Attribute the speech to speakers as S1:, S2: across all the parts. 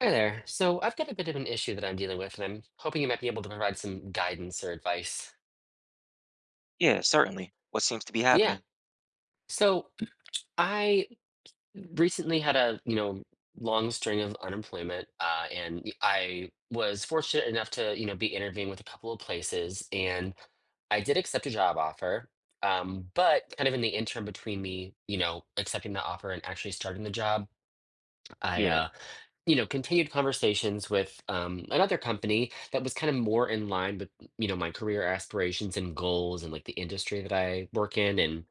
S1: Hi there. So I've got a bit of an issue that I'm dealing with, and I'm hoping you might be able to provide some guidance or advice.
S2: Yeah, certainly. What seems to be
S1: Yeah.
S2: happening.
S1: So I recently had a, you know, long string of unemployment, and I was fortunate enough to, you know, be interviewing with a couple of places, and I did accept a job offer. But kind of in the interim between me, you know, accepting the offer and actually starting the job, I
S2: Yeah,
S1: uh you know, continued conversations with another company that was kind of more in line with, you know, my career aspirations and goals and like the industry that I work in. And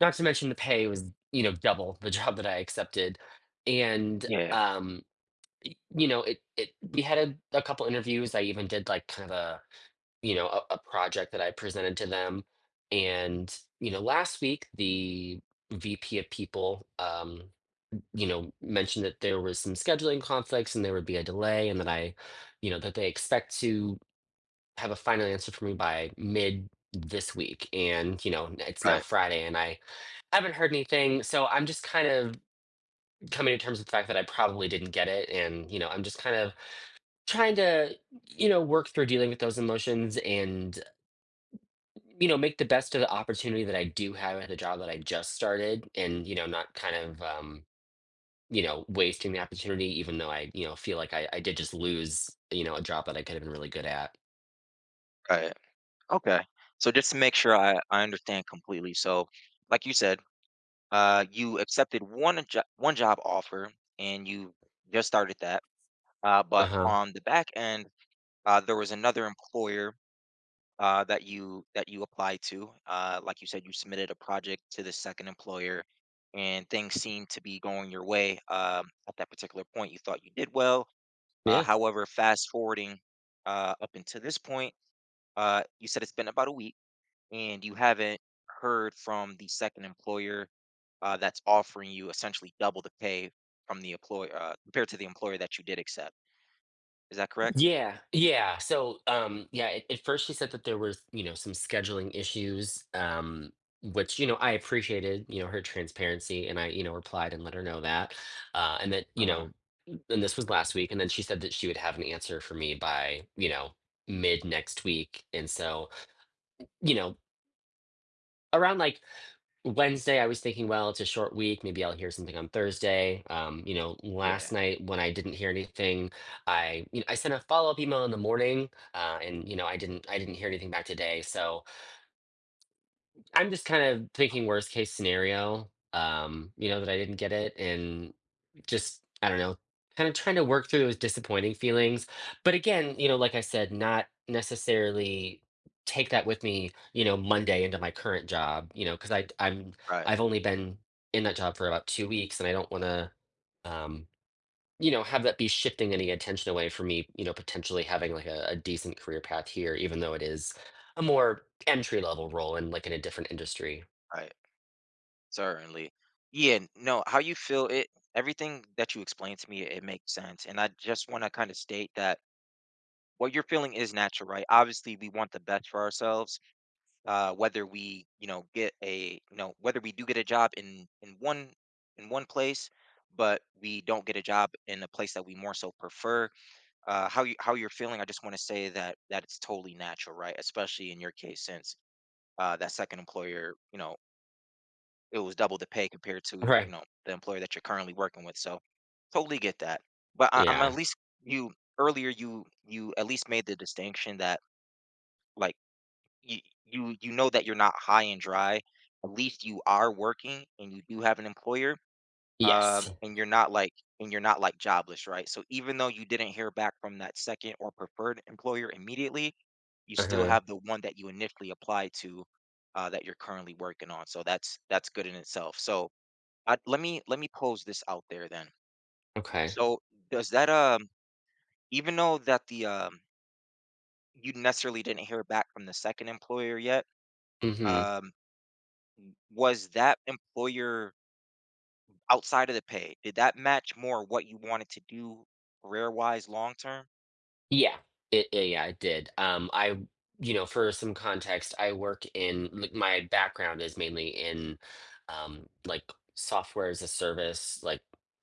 S1: not to mention the pay was, you know, double the job that I accepted. And,
S2: yeah.
S1: you know, we had a couple interviews. I even did like kind of a, you know, a project that I presented to them. And, you know, last week, the VP of people, you know, mentioned that there was some scheduling conflicts and there would be a delay, and that I, you know, that they expect to have a final answer for me by mid this week. And, you know, it's now
S2: Right,
S1: Friday and I haven't heard anything. So I'm just kind of coming to terms with the fact that I probably didn't get it. And, you know, I'm just kind of trying to, you know, work through dealing with those emotions and, you know, make the best of the opportunity that I do have at the job that I just started and, you know, not kind of, you know, wasting the opportunity, even though you know, feel like I did just lose, you know, a job that I could have been really good at.
S2: right. Okay. So just to make sure I understand completely. So like you said, you accepted one job offer and you just started that.
S1: Uh
S2: But
S1: huh.
S2: on the back end, there was another employer that you applied to. Like you said, you submitted a project to the second employer, and things seemed to be going your way at that particular point. You thought you did well.
S1: Yeah.
S2: However, fast forwarding up until this point, you said it's been about a week and you haven't heard from the second employer, that's offering you essentially double the pay from the employer compared to the employer that you did accept. Is that correct?
S1: Yeah. Yeah. So, yeah, at first she said that there was, you know, some scheduling issues, which, you know, I appreciated, you know, her transparency and I, you know, replied and let her know that. And that,
S2: Uh
S1: you
S2: huh.
S1: know, and this was last week. And then she said that she would have an answer for me by, you know, mid next week. And so, you know, around like Wednesday, I was thinking, well, it's a short week. Maybe I'll hear something on Thursday. You know,
S2: Yeah.
S1: last night when I didn't hear anything, I you know I sent a follow up email in the morning, and you know I didn't hear anything back today. So I'm just kind of thinking worst case scenario, you know, that I didn't get it and just, I don't know, kind of trying to work through those disappointing feelings. But again, you know, like I said, not necessarily take that with me, you know, Monday into my current job, you know, because I'm
S2: Right.
S1: I've only been in that job for about 2 weeks and I don't want to um you know, have that be shifting any attention away from me, you know, potentially having like a decent career path here, even though it is a more entry level role in like in a different industry.
S2: Right. Certainly. Yeah. No. How you feel it? Everything that you explained to me, it makes sense. And I just want to kind of state that what you're feeling is natural, right? Obviously, we want the best for ourselves, whether we, you know, get a, you know, whether we do get a job in in one place, but we don't get a job in a place that we more so prefer. How you're feeling, I just want to say that it's totally natural, right? Especially in your case, since that second employer, you know, it was double the pay compared to, you
S1: Right.
S2: know, the employer that you're currently working with. So totally get that. But I'm at
S1: Yeah.
S2: least, you, earlier, you at least made the distinction that, like, you you you know that you're not high and dry. At least you are working and you do have an employer,
S1: Yes.
S2: and you're not like, and you're not like jobless, right? So even though you didn't hear back from that second or preferred employer immediately, you
S1: Uh
S2: still
S1: huh.
S2: have the one that you initially applied to, that you're currently working on. So that's good in itself. So let me, let me pose this out there then.
S1: Okay.
S2: So does that even though that the you necessarily didn't hear back from the second employer yet,
S1: Mm hmm.
S2: um, was that employer, outside of the pay, did that match more what you wanted to do career-wise long term?
S1: Yeah, yeah, it did. I, you know, for some context, I work in like my background is mainly in, like software as a service, like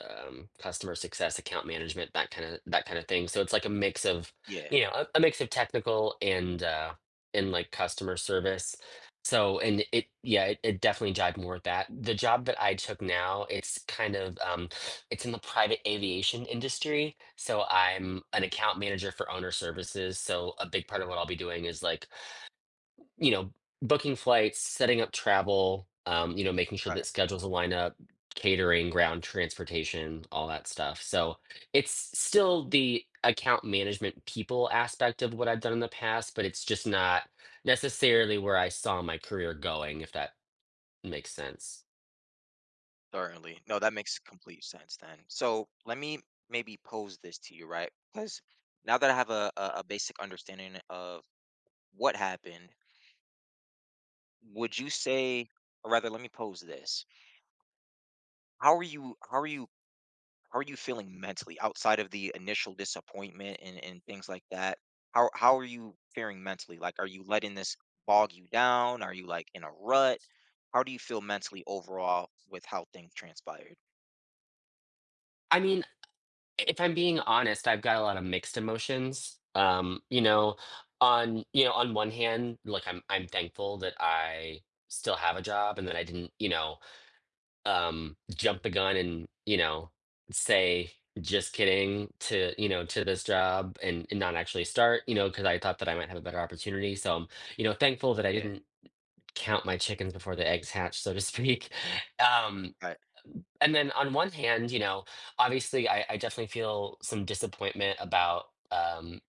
S1: customer success, account management, that kind of thing. So it's like a mix of,
S2: Yeah,
S1: you know, a mix of technical and like customer service. So and it yeah, it definitely jived more with that. The job that I took now, it's kind of it's in the private aviation industry. So I'm an
S2: right,
S1: account manager for owner services. So a big part of what I'll be doing is like, you know, booking flights, setting up travel, you know, making sure
S2: right,
S1: that schedules align up, catering, ground transportation, all that stuff. So it's still the account management people aspect of what I've done in the past, but it's just not necessarily where I saw my career going, if that makes sense.
S2: certainly. No, that makes complete sense then. So, let me maybe pose this to you, right? Because now that I have a basic understanding of what happened, would you say, or rather, let me pose this, how are you how are you how are you feeling mentally outside of the initial disappointment and things like that? How are you faring mentally? Like, are you letting this bog you down? Are you like in a rut? How do you feel mentally overall with how things transpired?
S1: I mean, if I'm being honest, I've got a lot of mixed emotions. You know, on one hand, like I'm thankful that I still have a job and that I didn't, you know, jump the gun and, you know, say just kidding to, you know, to this job and not actually start, you know, because I thought that I might have a better opportunity. So I'm, you know, thankful that I
S2: Yeah,
S1: didn't count my chickens before the eggs hatch, so to speak. Um,
S2: right,
S1: and then on one hand, you know, obviously, I definitely feel some disappointment about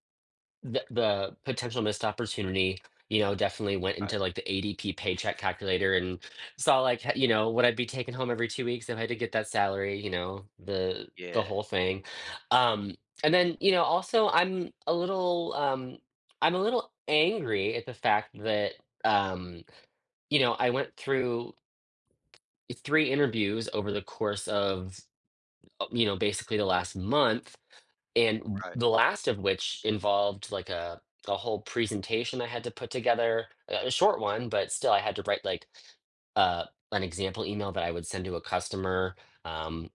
S1: the potential missed opportunity. You know, definitely went
S2: right,
S1: into like the ADP paycheck calculator and saw like you know what I'd be taking home every 2 weeks if I had to get that salary. You know, the
S2: yeah,
S1: whole thing. Um, and then you know, also, I'm a little angry at the fact that um, you know I went through three interviews over the course of you know, basically the last month and
S2: right,
S1: the last of which involved like a whole presentation I had to put together, a short one, but still I had to write like uh, an example email that I would send to a customer, um,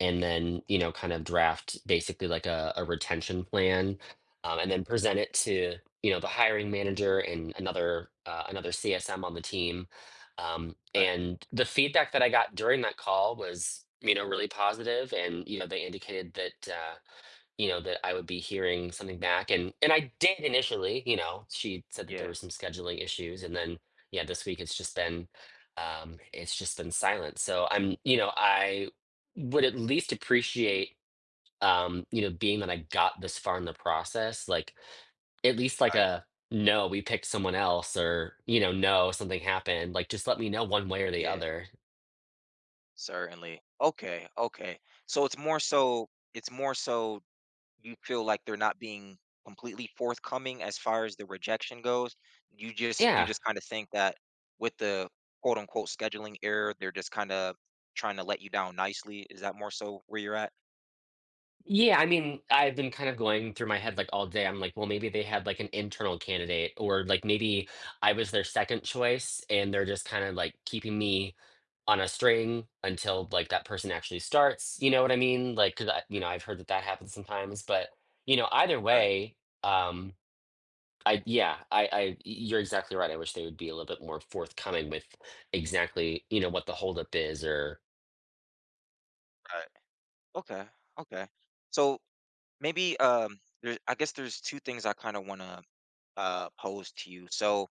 S1: and then you know kind of draft basically like a retention plan, and then present it to you know the hiring manager and another another CSM on the team.
S2: right,
S1: And the feedback that I got during that call was you know really positive, and you know they indicated that. You know, that I would be hearing something back. And I did initially, you know, she said that there
S2: yeah,
S1: were some scheduling issues. And then yeah, this week it's just been silent. So I'm, you know, I would at least appreciate you know, being that I got this far in the process, like at least like
S2: right,
S1: a no, we picked someone else or, you know, no, something happened. Like just let me know one way or the
S2: yeah,
S1: other.
S2: certainly. Okay, okay. It's more so you feel like they're not being completely forthcoming as far as the rejection goes. You
S1: Yeah.
S2: just kinda think that with the quote unquote scheduling error, they're just kinda trying to let you down nicely. Is that more so where you're at?
S1: Yeah, I mean, I've been kind of going through my head like all day. I'm like, well, maybe they had like an internal candidate, or like maybe I was their second choice and they're just kind of like keeping me on a string until like that person actually starts. You know what I mean? Like, 'cause I, you know, I've heard that that happens sometimes, but you know, either
S2: Right,
S1: way, um, yeah, I, you're exactly right. I wish they would be a little bit more forthcoming with exactly, you know, what the holdup is or,
S2: right. Okay, okay. So maybe, um, there's, I guess there's two things I kinda wanna pose to you. So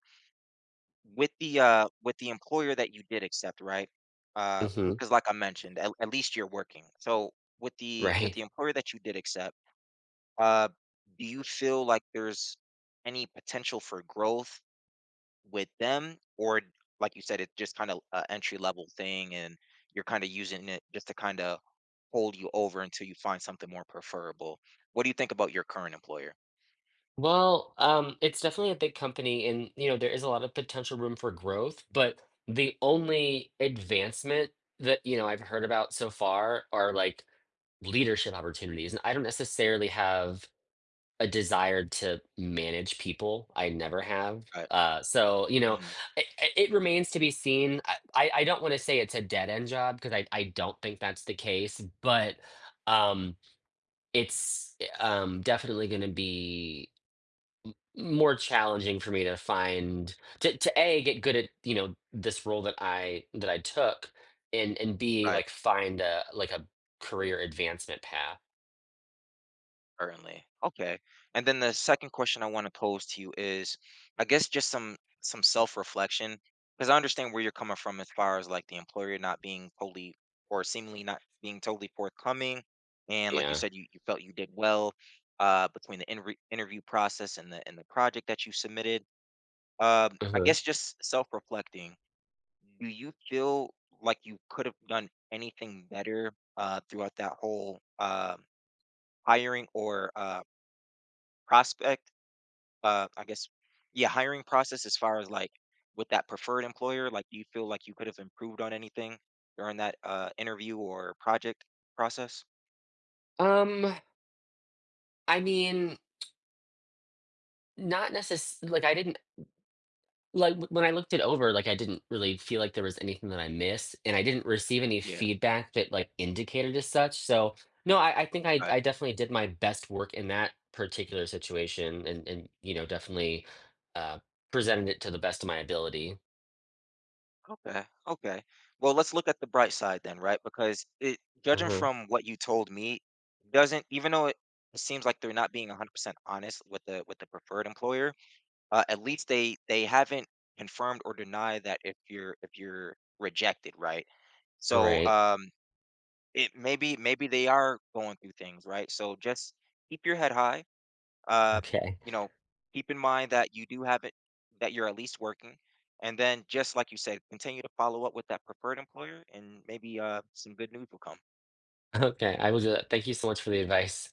S2: with the employer that you did accept, right?
S1: Mhm,
S2: Because like I mentioned, at least you're working. So with the
S1: right?
S2: employer that you did accept, Uh, do you feel like there's any potential for growth with them, like you said, it's just kind of an entry level thing, and you're kind of using it just to kind of hold you over until you find something more preferable? What do you think about your current employer?
S1: Well, it's definitely a big company and, you know, there is a lot of potential room for growth, but the only advancement that, you know, I've heard about so far are like leadership opportunities. And I don't necessarily have a desire to manage people. I never have.
S2: Right.
S1: So, you know,
S2: Mhm.
S1: it, it remains to be seen. I don't want to say it's a dead end job because I don't think that's the case, but um, it's definitely going to be more challenging for me to find to A, get good at, you know, this role that I took and B,
S2: Right.
S1: like find a like a career advancement path.
S2: Certainly. Okay. And then the second question I want to pose to you is, I guess just some self-reflection, because I understand where you're coming from as far as like the employer not being totally, or seemingly not being totally forthcoming. And like you
S1: Yeah.
S2: said, you felt you did well, between the interview process and the project that you submitted. I
S1: Mhm.
S2: guess just self-reflecting, do you feel like you could have done anything better, throughout that whole, hiring, or prospect I guess yeah, hiring process, as far as like with that preferred employer, like, do you feel like you could have improved on anything during that interview or project process?
S1: Um, I mean, not necess like I didn't like when I looked it over, like I didn't really feel like there was anything that I missed, and I didn't receive any
S2: Yeah.
S1: feedback that like indicated as such. So no, I think
S2: Right.
S1: I definitely did my best work in that particular situation, and you know definitely uh, presented it to the best of my ability.
S2: Okay, okay. Well, let's look at the bright side then, right? Because it, judging
S1: Uh-huh.
S2: from what you told me, doesn't, even though it seems like they're not being 100% honest with the preferred employer, at least they haven't confirmed or denied that if you're rejected, right?
S1: All
S2: So,
S1: right.
S2: um, it, maybe, maybe they are going through things, right? So just keep your head high. Uh,
S1: Okay.
S2: you know, keep in mind that you do have it, that you're at least working. And then, just like you said, continue to follow up with that preferred employer, and maybe some good news will come.
S1: Okay. I will do that. Thank you so much for the advice.